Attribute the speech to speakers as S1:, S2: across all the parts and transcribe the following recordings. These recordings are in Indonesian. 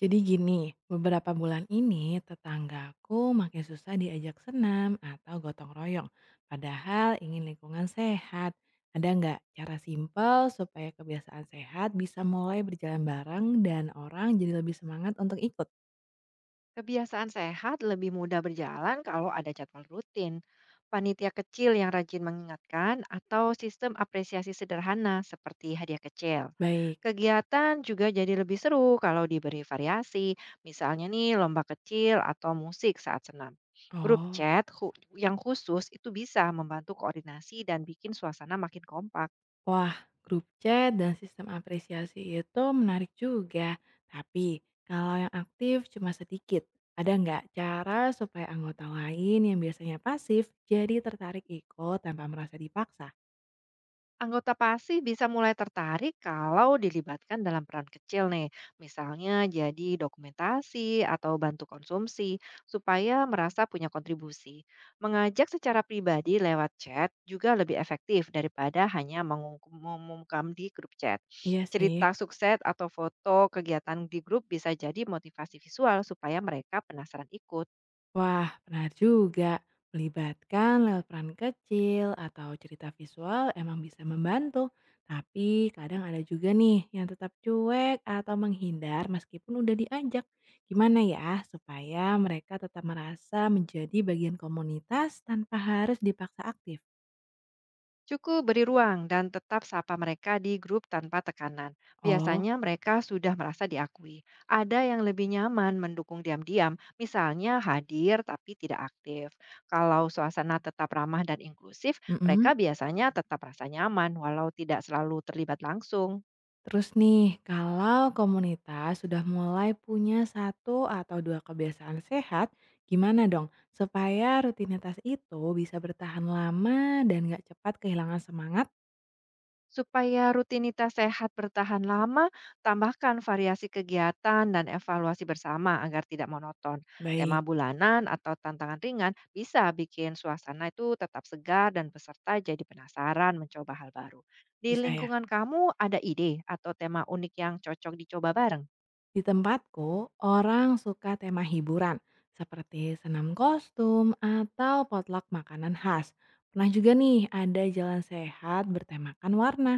S1: Jadi gini, beberapa bulan ini tetanggaku makin susah diajak senam atau gotong royong. Padahal ingin lingkungan sehat. Ada nggak cara simpel supaya kebiasaan sehat bisa mulai berjalan bareng dan orang jadi lebih semangat untuk ikut?
S2: Kebiasaan sehat lebih mudah berjalan kalau ada jadwal rutin, panitia kecil yang rajin mengingatkan, atau sistem apresiasi sederhana seperti hadiah kecil.
S1: Baik.
S2: Kegiatan juga jadi lebih seru kalau diberi variasi, misalnya nih lomba kecil atau musik saat senam. Grup
S1: Oh,
S2: chat khu- yang khusus itu bisa membantu koordinasi dan bikin suasana makin kompak.
S1: wah, grup chat dan sistem apresiasi itu menarik juga. Tapi kalau yang aktif cuma sedikit, ada nggak cara supaya anggota lain yang biasanya pasif jadi tertarik ikut tanpa merasa dipaksa?
S2: Anggota PASI bisa mulai tertarik kalau dilibatkan dalam peran kecil nih, misalnya jadi dokumentasi atau bantu konsumsi, supaya merasa punya kontribusi. Mengajak secara pribadi lewat chat juga lebih efektif daripada hanya mengumumkan di grup chat.
S1: Iya sih.
S2: Cerita sukses atau foto kegiatan di grup bisa jadi motivasi visual supaya mereka penasaran ikut.
S1: Wah, benar juga. Melibatkan lewat peran kecil atau cerita visual emang bisa membantu. Tapi kadang ada juga nih yang tetap cuek atau menghindar meskipun udah diajak. Gimana ya supaya mereka tetap merasa menjadi bagian komunitas tanpa harus dipaksa aktif?
S2: Cukup beri ruang dan tetap sapa mereka di grup tanpa tekanan.
S1: Oh.
S2: Biasanya mereka sudah merasa diakui. Ada yang lebih nyaman mendukung diam-diam, misalnya hadir tapi tidak aktif. Kalau suasana tetap ramah dan inklusif, mereka
S1: mm
S2: biasanya tetap merasa nyaman walau tidak selalu terlibat langsung.
S1: Terus nih, kalau komunitas sudah mulai punya satu atau dua kebiasaan sehat, gimana dong supaya rutinitas itu bisa bertahan lama dan nggak cepat kehilangan semangat?
S2: Supaya rutinitas sehat bertahan lama, tambahkan variasi kegiatan dan evaluasi bersama agar tidak monoton. Tema
S1: Baik.
S2: bulanan atau tantangan ringan bisa bikin suasana itu tetap segar dan peserta jadi penasaran mencoba hal baru. Di
S1: Bisa ya?
S2: lingkungan kamu ada ide atau tema unik yang cocok dicoba bareng?
S1: Di tempatku, orang suka tema hiburan seperti senam kostum atau potluck makanan khas. Pernah juga nih ada jalan sehat bertemakan warna.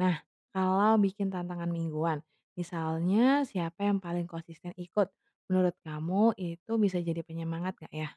S1: Nah, kalau bikin tantangan mingguan, misalnya siapa yang paling konsisten ikut, menurut kamu itu bisa jadi penyemangat nggak ya?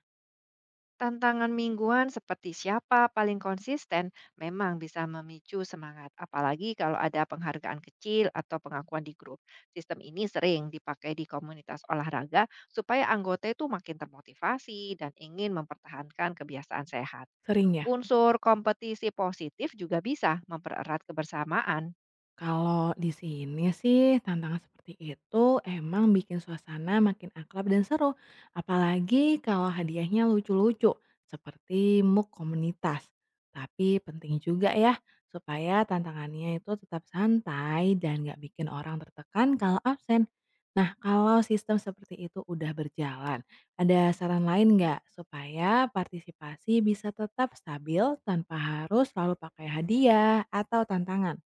S2: Tantangan mingguan seperti siapa paling konsisten memang bisa memicu semangat, apalagi kalau ada penghargaan kecil atau pengakuan di grup. Sistem ini sering dipakai di komunitas olahraga supaya anggota itu makin termotivasi dan ingin mempertahankan kebiasaan sehat.
S1: Sering ya?
S2: Unsur kompetisi positif juga bisa mempererat kebersamaan.
S1: Kalau di sini sih tantangan seperti itu emang bikin suasana makin akrab dan seru, apalagi kalau hadiahnya lucu-lucu seperti mug komunitas. Tapi penting juga ya supaya tantangannya itu tetap santai dan nggak bikin orang tertekan kalau absen. Nah, kalau sistem seperti itu udah berjalan, ada saran lain nggak supaya partisipasi bisa tetap stabil tanpa harus selalu pakai hadiah atau tantangan?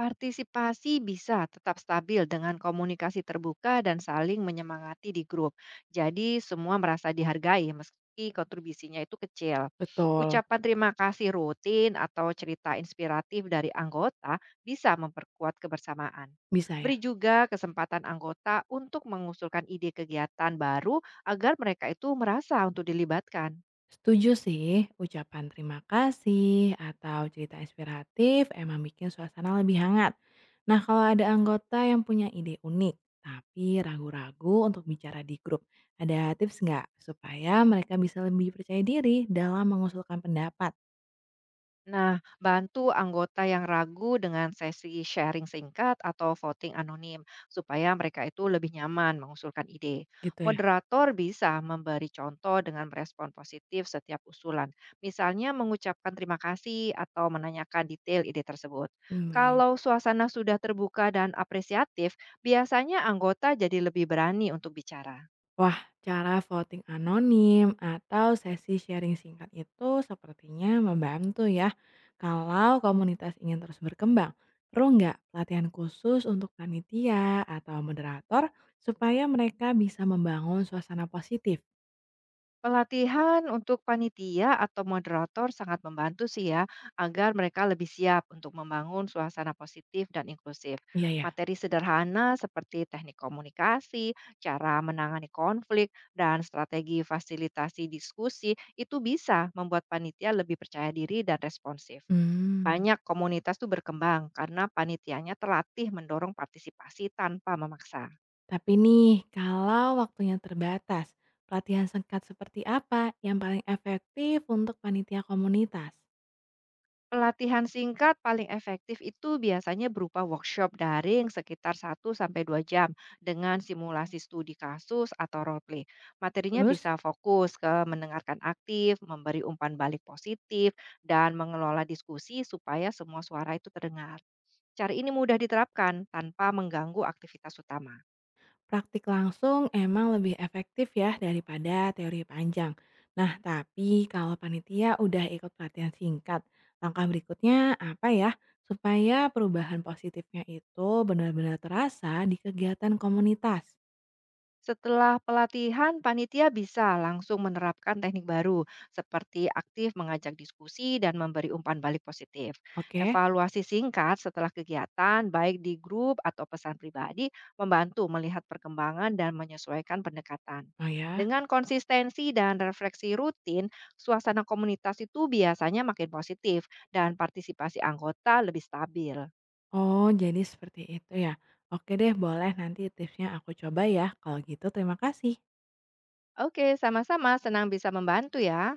S2: Partisipasi bisa tetap stabil dengan komunikasi terbuka dan saling menyemangati di grup. Jadi semua merasa dihargai meski kontribusinya itu kecil.
S1: Betul.
S2: Ucapan terima kasih rutin atau cerita inspiratif dari anggota bisa memperkuat kebersamaan.
S1: Bisa ya?
S2: Beri juga kesempatan anggota untuk mengusulkan ide kegiatan baru agar mereka itu merasa untuk dilibatkan.
S1: Setuju sih, ucapan terima kasih atau cerita inspiratif emang bikin suasana lebih hangat. Nah, kalau ada anggota yang punya ide unik, tapi ragu-ragu untuk bicara di grup, ada tips nggak supaya mereka bisa lebih percaya diri dalam mengusulkan pendapat?
S2: Nah, bantu anggota yang ragu dengan sesi sharing singkat atau voting anonim, supaya mereka itu lebih nyaman mengusulkan ide.
S1: Gitu ya?
S2: Moderator bisa memberi contoh dengan merespon positif setiap usulan, misalnya mengucapkan terima kasih atau menanyakan detail ide tersebut.
S1: Hmm, baik.
S2: Kalau suasana sudah terbuka dan apresiatif, biasanya anggota jadi lebih berani untuk bicara.
S1: Wah, cara voting anonim atau sesi sharing singkat itu sepertinya membantu ya. Kalau komunitas ingin terus berkembang, perlu nggak pelatihan khusus untuk panitia atau moderator supaya mereka bisa membangun suasana positif?
S2: Pelatihan untuk panitia atau moderator sangat membantu sih ya, agar mereka lebih siap untuk membangun suasana positif dan inklusif.
S1: Iya ya.
S2: Materi sederhana seperti teknik komunikasi, cara menangani konflik, dan strategi fasilitasi diskusi itu bisa membuat panitia lebih percaya diri dan responsif.
S1: Hmm.
S2: Banyak komunitas tuh berkembang karena panitianya terlatih mendorong partisipasi tanpa memaksa.
S1: Tapi nih, kalau waktunya terbatas, pelatihan singkat seperti apa yang paling efektif untuk panitia komunitas?
S2: Pelatihan singkat paling efektif itu biasanya berupa workshop daring sekitar satu sampai 2 jam dengan simulasi studi kasus atau role play. Materinya
S1: Terus.
S2: bisa fokus ke mendengarkan aktif, memberi umpan balik positif, dan mengelola diskusi supaya semua suara itu terdengar. Cara ini mudah diterapkan tanpa mengganggu aktivitas utama.
S1: Praktik langsung emang lebih efektif ya daripada teori panjang. Nah, tapi kalau panitia udah ikut pelatihan singkat, langkah berikutnya apa ya? Supaya perubahan positifnya itu benar-benar terasa di kegiatan komunitas.
S2: Setelah pelatihan, panitia bisa langsung menerapkan teknik baru, seperti aktif mengajak diskusi dan memberi umpan balik positif.
S1: Oke?
S2: Evaluasi singkat setelah kegiatan, baik di grup atau pesan pribadi, membantu melihat perkembangan dan menyesuaikan pendekatan.
S1: Oh ya?
S2: Dengan konsistensi dan refleksi rutin, suasana komunitas itu biasanya makin positif dan partisipasi anggota lebih stabil.
S1: Oh, jadi seperti itu ya. Oke deh, boleh nanti tipsnya aku coba ya. Kalau gitu terima kasih.
S2: Oke, sama-sama senang bisa membantu ya.